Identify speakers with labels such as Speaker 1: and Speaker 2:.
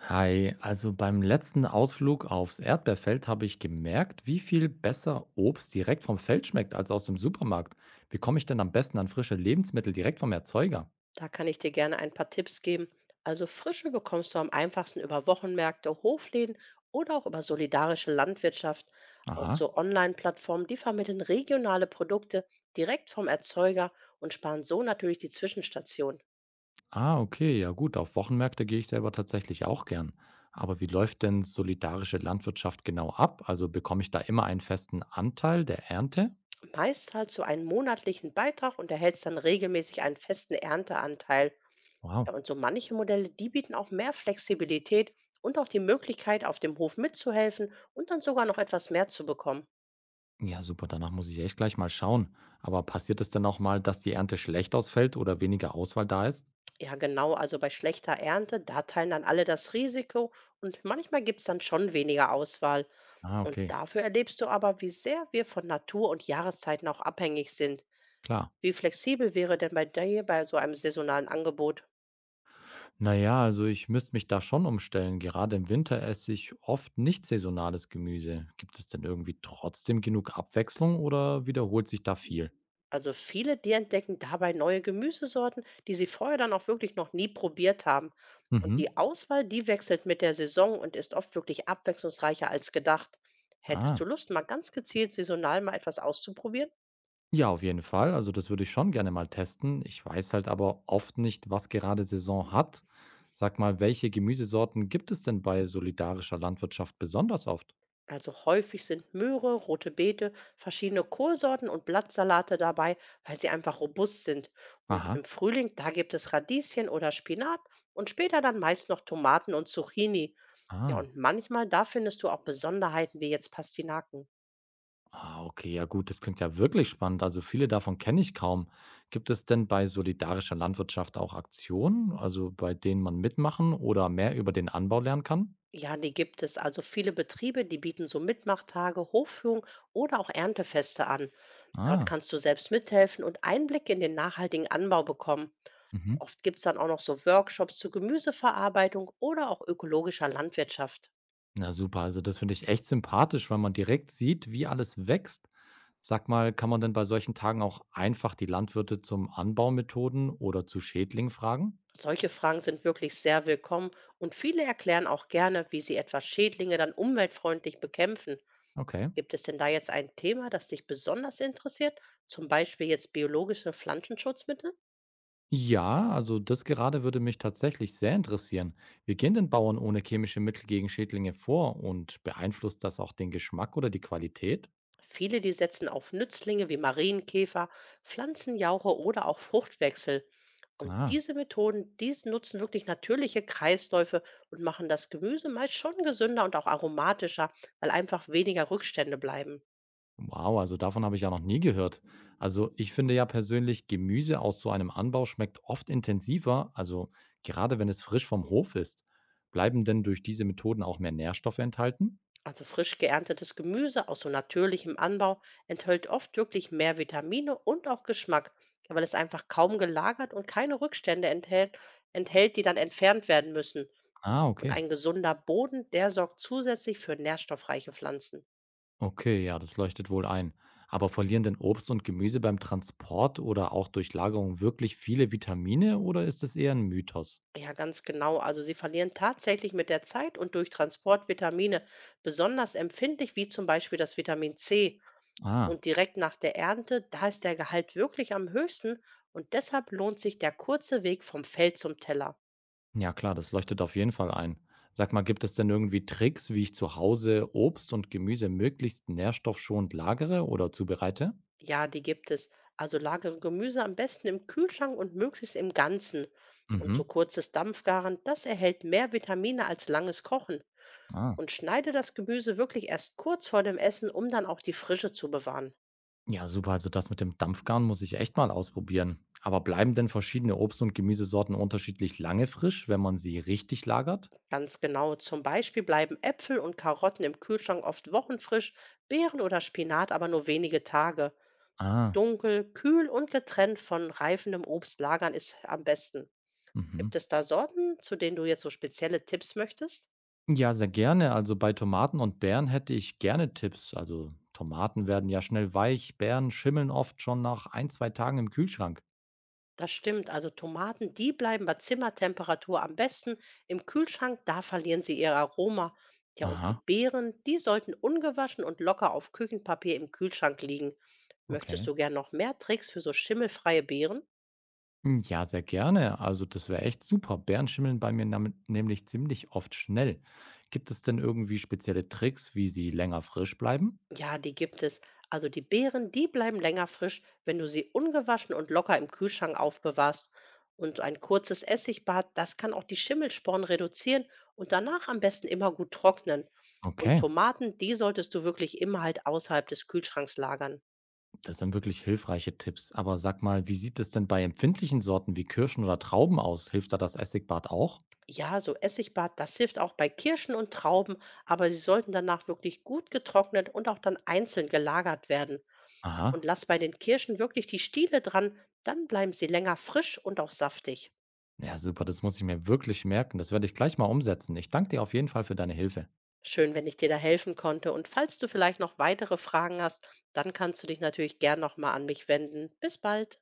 Speaker 1: Hi, also beim letzten Ausflug aufs Erdbeerfeld habe ich gemerkt, wie viel besser Obst direkt vom Feld schmeckt als aus dem Supermarkt. Wie komme ich denn am besten an frische Lebensmittel direkt vom Erzeuger?
Speaker 2: Da kann ich dir gerne ein paar Tipps geben. Also Frische bekommst du am einfachsten über Wochenmärkte, Hofläden oder auch über solidarische Landwirtschaft. Auch
Speaker 1: Aha.
Speaker 2: so Online-Plattformen, die vermitteln regionale Produkte direkt vom Erzeuger und sparen so natürlich die Zwischenstation.
Speaker 1: Ah, okay, ja gut, auf Wochenmärkte gehe ich selber tatsächlich auch gern. Aber wie läuft denn solidarische Landwirtschaft genau ab? Also bekomme ich da immer einen festen Anteil der Ernte?
Speaker 2: Meist zahlst du einen monatlichen Beitrag und erhältst dann regelmäßig einen festen Ernteanteil.
Speaker 1: Wow.
Speaker 2: Ja, und so manche Modelle, die bieten auch mehr Flexibilität und auch die Möglichkeit, auf dem Hof mitzuhelfen und dann sogar noch etwas mehr zu bekommen.
Speaker 1: Ja, super, danach muss ich echt gleich mal schauen. Aber passiert es denn auch mal, dass die Ernte schlecht ausfällt oder weniger Auswahl da ist?
Speaker 2: Ja, genau. Also bei schlechter Ernte, da teilen dann alle das Risiko und manchmal gibt es dann schon weniger Auswahl.
Speaker 1: Ah,
Speaker 2: Und
Speaker 1: okay,
Speaker 2: dafür erlebst du aber, wie sehr wir von Natur und Jahreszeiten auch abhängig sind.
Speaker 1: klar.
Speaker 2: Wie flexibel wäre denn bei dir bei so einem saisonalen Angebot?
Speaker 1: Na ja, also ich müsste mich da schon umstellen. Gerade im Winter esse ich oft nicht saisonales Gemüse. Gibt es denn irgendwie trotzdem genug Abwechslung oder wiederholt sich da viel?
Speaker 2: Also viele, die entdecken dabei neue Gemüsesorten, die sie vorher dann auch wirklich noch nie probiert haben. Und
Speaker 1: Mhm.
Speaker 2: die Auswahl, die wechselt mit der Saison und ist oft wirklich abwechslungsreicher als gedacht. Hättest du
Speaker 1: Ah.
Speaker 2: Lust, mal ganz gezielt saisonal mal etwas auszuprobieren?
Speaker 1: Ja, auf jeden Fall. Also das würde ich schon gerne mal testen. Ich weiß halt aber oft nicht, was gerade Saison hat. Sag mal, welche Gemüsesorten gibt es denn bei solidarischer Landwirtschaft besonders oft?
Speaker 2: Also häufig sind Möhre, rote Beete, verschiedene Kohlsorten und Blattsalate dabei, weil sie einfach robust sind. Und
Speaker 1: Aha.
Speaker 2: im Frühling, da gibt es Radieschen oder Spinat und später dann meist noch Tomaten und Zucchini. Ja,
Speaker 1: Ah.
Speaker 2: und manchmal, da findest du auch Besonderheiten wie jetzt Pastinaken.
Speaker 1: Ah, okay, ja gut, das klingt ja wirklich spannend. Also viele davon kenne ich kaum. Gibt es denn bei solidarischer Landwirtschaft auch Aktionen, also bei denen man mitmachen oder mehr über den Anbau lernen kann?
Speaker 2: Ja, die gibt es. Also viele Betriebe, die bieten so Mitmachtage, Hofführungen oder auch Erntefeste an. Dort
Speaker 1: Ah,
Speaker 2: kannst du selbst mithelfen und Einblicke in den nachhaltigen Anbau bekommen.
Speaker 1: mhm.
Speaker 2: Oft gibt es dann auch noch so Workshops zur Gemüseverarbeitung oder auch ökologischer Landwirtschaft.
Speaker 1: Na super, also das finde ich echt sympathisch, weil man direkt sieht, wie alles wächst. Sag mal, kann man denn bei solchen Tagen auch einfach die Landwirte zum Anbaumethoden oder zu Schädlingen fragen?
Speaker 2: Solche Fragen sind wirklich sehr willkommen und viele erklären auch gerne, wie sie etwa Schädlinge dann umweltfreundlich bekämpfen.
Speaker 1: Okay.
Speaker 2: Gibt es denn da jetzt ein Thema, das dich besonders interessiert? Zum Beispiel jetzt biologische Pflanzenschutzmittel?
Speaker 1: Ja, also das gerade würde mich tatsächlich sehr interessieren. Wie gehen denn Bauern ohne chemische Mittel gegen Schädlinge vor und beeinflusst das auch den Geschmack oder die Qualität?
Speaker 2: Viele, die setzen auf Nützlinge wie Marienkäfer, Pflanzenjauche oder auch Fruchtwechsel. Und
Speaker 1: Ah,
Speaker 2: diese Methoden, die nutzen wirklich natürliche Kreisläufe und machen das Gemüse meist schon gesünder und auch aromatischer, weil einfach weniger Rückstände bleiben.
Speaker 1: wow, also davon habe ich ja noch nie gehört. Also ich finde ja persönlich, Gemüse aus so einem Anbau schmeckt oft intensiver, also gerade wenn es frisch vom Hof ist. Bleiben denn durch diese Methoden auch mehr Nährstoffe enthalten?
Speaker 2: Also frisch geerntetes Gemüse aus so natürlichem Anbau enthält oft wirklich mehr Vitamine und auch Geschmack, weil es einfach kaum gelagert und keine Rückstände enthält, enthält die dann entfernt werden müssen.
Speaker 1: Ah,
Speaker 2: Und
Speaker 1: okay.
Speaker 2: ein gesunder Boden, der sorgt zusätzlich für nährstoffreiche Pflanzen.
Speaker 1: Okay, ja, das leuchtet wohl ein. Aber verlieren denn Obst und Gemüse beim Transport oder auch durch Lagerung wirklich viele Vitamine oder ist es eher ein Mythos?
Speaker 2: Ja, ganz genau. Also sie verlieren tatsächlich mit der Zeit und durch Transport Vitamine, besonders empfindlich wie zum Beispiel das Vitamin C.
Speaker 1: Ah,
Speaker 2: Und direkt nach der Ernte, da ist der Gehalt wirklich am höchsten und deshalb lohnt sich der kurze Weg vom Feld zum Teller.
Speaker 1: ja klar, das leuchtet auf jeden Fall ein. Sag mal, gibt es denn irgendwie Tricks, wie ich zu Hause Obst und Gemüse möglichst nährstoffschonend lagere oder zubereite?
Speaker 2: Ja, die gibt es. Also lagere Gemüse am besten im Kühlschrank und möglichst im Ganzen. Und
Speaker 1: Mhm.
Speaker 2: so kurzes Dampfgaren, das erhält mehr Vitamine als langes Kochen.
Speaker 1: Ah.
Speaker 2: Und schneide das Gemüse wirklich erst kurz vor dem Essen, um dann auch die Frische zu bewahren.
Speaker 1: Ja, super. Also das mit dem Dampfgarn muss ich echt mal ausprobieren. Aber bleiben denn verschiedene Obst- und Gemüsesorten unterschiedlich lange frisch, wenn man sie richtig lagert?
Speaker 2: Ganz genau, zum Beispiel bleiben Äpfel und Karotten im Kühlschrank oft wochenfrisch, Beeren oder Spinat aber nur wenige Tage.
Speaker 1: Ah.
Speaker 2: Dunkel, kühl und getrennt von reifendem Obst lagern ist am besten.
Speaker 1: Mhm.
Speaker 2: Gibt es da Sorten, zu denen du jetzt so spezielle Tipps möchtest?
Speaker 1: Ja, sehr gerne. Also bei Tomaten und Beeren hätte ich gerne Tipps. Also Tomaten werden ja schnell weich, Beeren schimmeln oft schon nach ein, zwei Tagen im Kühlschrank.
Speaker 2: Das stimmt. Also Tomaten, die bleiben bei Zimmertemperatur am besten. Im Kühlschrank, da verlieren sie ihr Aroma. Ja, und die
Speaker 1: Aha,
Speaker 2: Beeren, die sollten ungewaschen und locker auf Küchenpapier im Kühlschrank liegen. Möchtest
Speaker 1: okay.
Speaker 2: du gern noch mehr Tricks für so schimmelfreie Beeren?
Speaker 1: Hm, ja, sehr gerne. Also das wäre echt super. Beeren schimmeln bei mir nämlich ziemlich oft schnell. Gibt es denn irgendwie spezielle Tricks, wie sie länger frisch bleiben?
Speaker 2: Ja, die gibt es. Also die Beeren, die bleiben länger frisch, wenn du sie ungewaschen und locker im Kühlschrank aufbewahrst. Und ein kurzes Essigbad, das kann auch die Schimmelsporen reduzieren und danach am besten immer gut trocknen. Und
Speaker 1: Okay.
Speaker 2: Tomaten, die solltest du wirklich immer halt außerhalb des Kühlschranks lagern.
Speaker 1: Das sind wirklich hilfreiche Tipps. Aber sag mal, wie sieht es denn bei empfindlichen Sorten wie Kirschen oder Trauben aus? Hilft da das Essigbad auch?
Speaker 2: Ja, so Essigbad, das hilft auch bei Kirschen und Trauben, aber sie sollten danach wirklich gut getrocknet und auch dann einzeln gelagert werden. Und
Speaker 1: Aha.
Speaker 2: lass bei den Kirschen wirklich die Stiele dran, dann bleiben sie länger frisch und auch saftig.
Speaker 1: Ja, super, das muss ich mir wirklich merken. Das werde ich gleich mal umsetzen. Ich danke dir auf jeden Fall für deine Hilfe.
Speaker 2: Schön, wenn ich dir da helfen konnte. Und falls du vielleicht noch weitere Fragen hast, dann kannst du dich natürlich gern nochmal an mich wenden. Bis bald.